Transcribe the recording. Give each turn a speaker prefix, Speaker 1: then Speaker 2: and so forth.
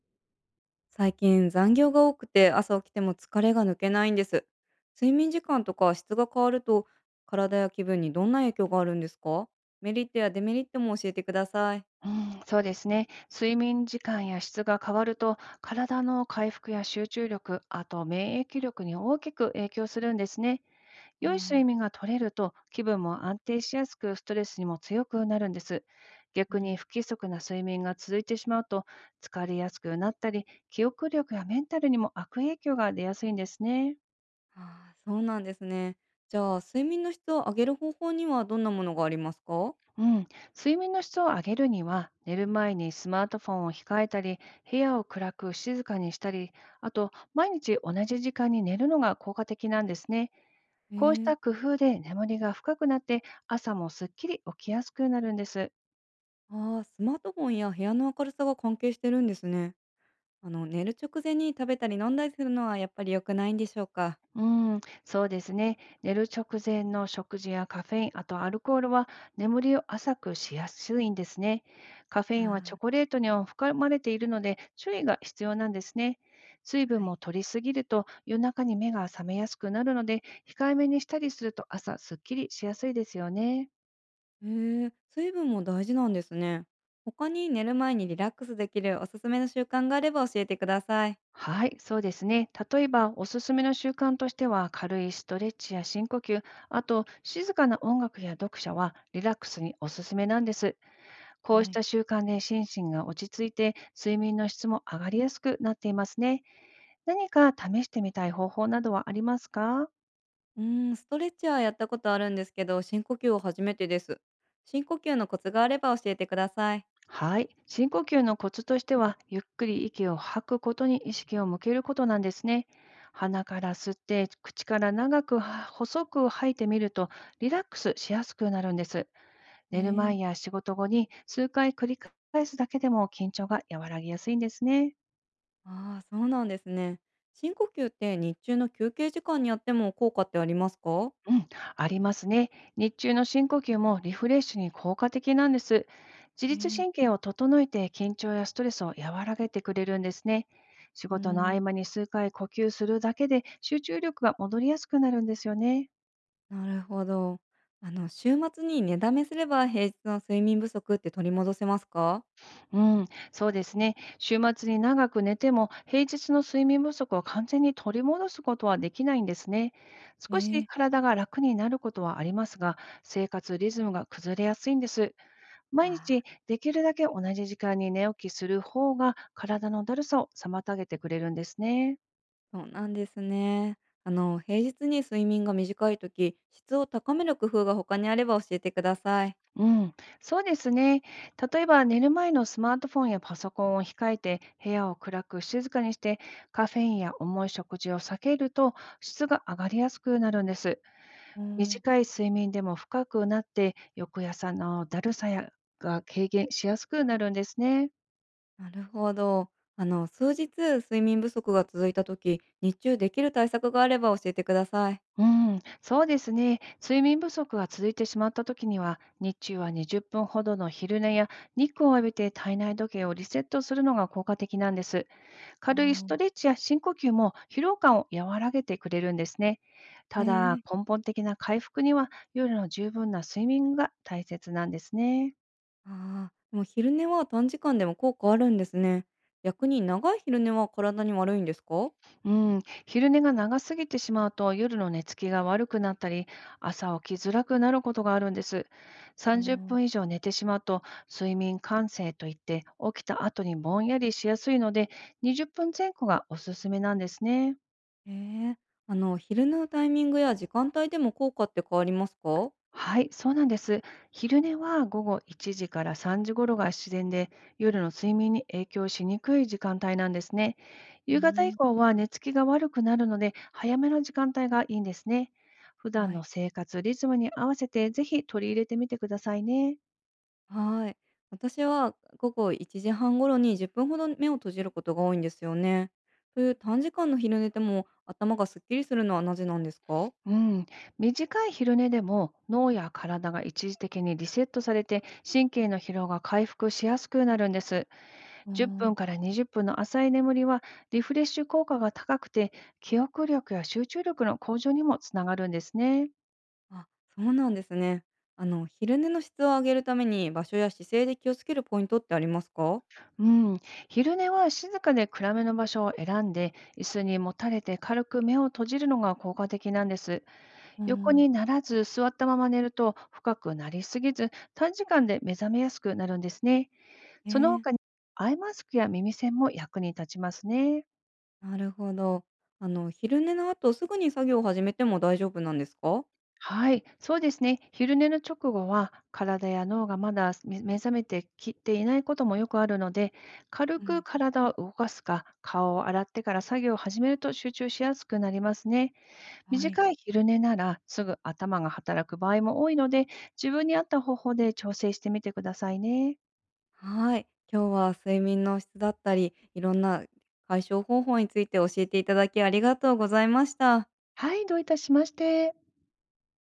Speaker 1: 最近残業が多くて朝起きても疲れが抜けないんです。睡眠時間とか質が変わると体や気分にどんな影響があるんですか？メリットやデメリットも教えてください。
Speaker 2: うん、そうですね。睡眠時間や質が変わると、体の回復や集中力、あと免疫力に大きく影響するんですね。
Speaker 1: あ
Speaker 2: 良い睡
Speaker 1: ー、
Speaker 2: 眠が取れると、気分も安定しやすく、ストレスにも強くなるんです。
Speaker 1: う
Speaker 2: 逆に
Speaker 1: ん、
Speaker 2: 不規則な睡眠が続いてしまうと、疲れやすくなったり、記憶力やメンタルにも悪影響が出やすいんですね。
Speaker 1: あー、そうなんですね。じゃあ睡眠の質を上げる方法にはどんなものがありますか？
Speaker 2: うん、睡眠の質を上げるには、寝る前にスマートフォンを控えたり、部屋を暗く静かにしたり、あと、毎日同じ時間に寝るのが効果的なんですね。
Speaker 1: え
Speaker 2: こうし
Speaker 1: ー、
Speaker 2: た工夫で眠りが深くなって、朝もすっきり起きやすくなるんです。
Speaker 1: ああ、スマートフォンや部屋の明るさが関係してるんですね。あの、寝る直前に食べたり飲んだりするのはやっぱり良くないんでしょうか？
Speaker 2: うん、そうですね。寝る直前の食事やカフェイン、あとアルコールは眠りを浅くしやすいんですね。カフェ
Speaker 1: あ
Speaker 2: インはチ
Speaker 1: あ
Speaker 2: ョ
Speaker 1: ー、
Speaker 2: コレートには含まれているので注意が必要なんですね。水
Speaker 1: は
Speaker 2: 分
Speaker 1: い。
Speaker 2: も取りすぎると夜中に目が覚めやすくなるので、控えめにしたりすると朝すっきりしやすいですよね。
Speaker 1: へえ、水分も大事なんですね。他に寝る前にリラックスできるおすすめの習慣があれば教えてください。
Speaker 2: はい、そうですね。例えば、おすすめの習慣としては、軽いストレッチや深呼吸、あと、静かな音楽や読書はリラックスにおすすめなんです。こう
Speaker 1: は
Speaker 2: し
Speaker 1: い。
Speaker 2: た習慣で心身が落ち着いて、睡眠の質も上がりやすくなっていますね。何か試してみたい方法などはありますか？
Speaker 1: うーん、ストレッチはやったことあるんですけど、深呼吸を初めてです。深呼吸のコツがあれば教えてください。
Speaker 2: はい。深呼吸のコツとしては、ゆっくり息を吐くことに意識を向けることなんですね。鼻から吸って、口から長くは細く吐いてみると、リラックスしやすくなるんです。
Speaker 1: え
Speaker 2: 寝る前
Speaker 1: ー、
Speaker 2: や仕事後に数回繰り返すだけでも緊張が和らぎやすいんですね。
Speaker 1: ああ、そうなんですね。深呼吸って日中の休憩時間にやっても効果ってありますか？
Speaker 2: うん、ありますね。日中の深呼吸もリフレッシュに効果的なんです。自
Speaker 1: え
Speaker 2: 律
Speaker 1: ー、
Speaker 2: 神経を整えて緊張やストレスを和らげてくれるんですね。仕
Speaker 1: うー
Speaker 2: 事の合
Speaker 1: ん。
Speaker 2: 間に数回呼吸するだけで集中力が戻りやすくなるんですよね。
Speaker 1: なるほど。あの、週末に寝だめすれば平日の睡眠不足って取り戻せますか？
Speaker 2: うん、そうですね。週末に長く寝ても平日の睡眠不足を完全に取り戻すことはできないんですね。
Speaker 1: え
Speaker 2: 少し
Speaker 1: ー、
Speaker 2: 体が楽になることはありますが、生活リズムが崩れやすいんです。毎
Speaker 1: あ
Speaker 2: 日
Speaker 1: ー、
Speaker 2: できるだけ同じ時間に寝起きする方が体のだるさを妨げてくれるんですね。
Speaker 1: そうなんですね。あの、平日に睡眠が短いとき、質を高める工夫が他にあれば教えてください。
Speaker 2: うん、そうですね。例えば寝る前のスマートフォンやパソコンを控えて、部屋を暗く静かにして、カフェインや重い食事を避けると質が上がりやすくなるんです。
Speaker 1: うん、
Speaker 2: 短い睡眠でも深くなって、翌朝のだるさやが軽減しやすくなるんですね。
Speaker 1: なるほど。あの、数日睡眠不足が続いたとき、日中できる対策があれば教えてください。
Speaker 2: うん、そうですね。睡眠不足が続いてしまったときには、日中は20分ほどの昼寝や日光を浴びて体内時計をリセットするのが効果的なんです。
Speaker 1: う
Speaker 2: 軽いス
Speaker 1: ん、
Speaker 2: トレッチや深呼吸も疲労感を和らげてくれるんですね。ただ、
Speaker 1: ええ、
Speaker 2: 根本的な回復には夜の十分な睡眠が大切なんですね。
Speaker 1: ああ、でも昼寝は短時間でも効果あるんですね。逆に長い昼寝は体に悪いんですか？
Speaker 2: うん、昼寝が長すぎてしまうと、夜の寝つきが悪くなったり、朝起きづらくなることがあるんです。
Speaker 1: う
Speaker 2: 30
Speaker 1: ん、
Speaker 2: 分以上寝てしまうと睡眠感性といって、起きた後にぼんやりしやすいので、20分前後がおすすめなんですね。
Speaker 1: ええ、あの、昼寝のタイミングや時間帯でも効果って変わりますか？
Speaker 2: はい、そうなんです。昼寝は午後1時から3時頃が自然で、夜の睡眠に影響しにくい時間帯なんですね。
Speaker 1: うー
Speaker 2: 夕方以
Speaker 1: ん、
Speaker 2: 降は寝つきが悪くなるので、早めの時間帯がいいんですね。普段
Speaker 1: は
Speaker 2: の
Speaker 1: い、
Speaker 2: 生活リズムに合わせて、ぜひ取り入れてみてくださいね。
Speaker 1: はい。私は午後1時半頃に10分ほど目を閉じることが多いんですよね。という短時間の昼寝でも頭がすっきりするのはなぜなんですか？
Speaker 2: うん、短い昼寝でも脳や体が一時的にリセットされて、神経の疲労が回復しやすくなるんです。
Speaker 1: あ
Speaker 2: 10
Speaker 1: ー、
Speaker 2: 分から20分の浅い眠りはリフレッシュ効果が高くて、記憶力や集中力の向上にもつながるんですね。
Speaker 1: あ、そうなんですね。あの、昼寝の質を上げるために場所や姿勢で気をつけるポイントってありますか？
Speaker 2: うん、昼寝は静かで暗めの場所を選んで、椅子にもたれて軽く目を閉じるのが効果的なんです。
Speaker 1: あ
Speaker 2: 横
Speaker 1: ー、
Speaker 2: にならず座ったまま寝ると深くなりすぎず、短時間で目覚めやすくなるんですね。
Speaker 1: え
Speaker 2: その
Speaker 1: ー、
Speaker 2: 他にアイマスクや耳栓も役に立ちますね。
Speaker 1: なるほど。あの、昼寝の後すぐに作業を始めても大丈夫なんですか？
Speaker 2: はい、そうですね。昼寝の直後は、体や脳がまだ目覚めてきていないこともよくあるので、軽
Speaker 1: う
Speaker 2: く
Speaker 1: ん、
Speaker 2: 体を動かすか、顔を洗ってから作業を始めると集中しやすくなりますね。
Speaker 1: はい、
Speaker 2: 短い昼寝なら、すぐ頭が働く場合も多いので、自分に合った方法で調整してみてくださいね。
Speaker 1: はい。今日は睡眠の質だったり、いろんな解消方法について教えていただきありがとうございました。
Speaker 2: はい、どういたしまして。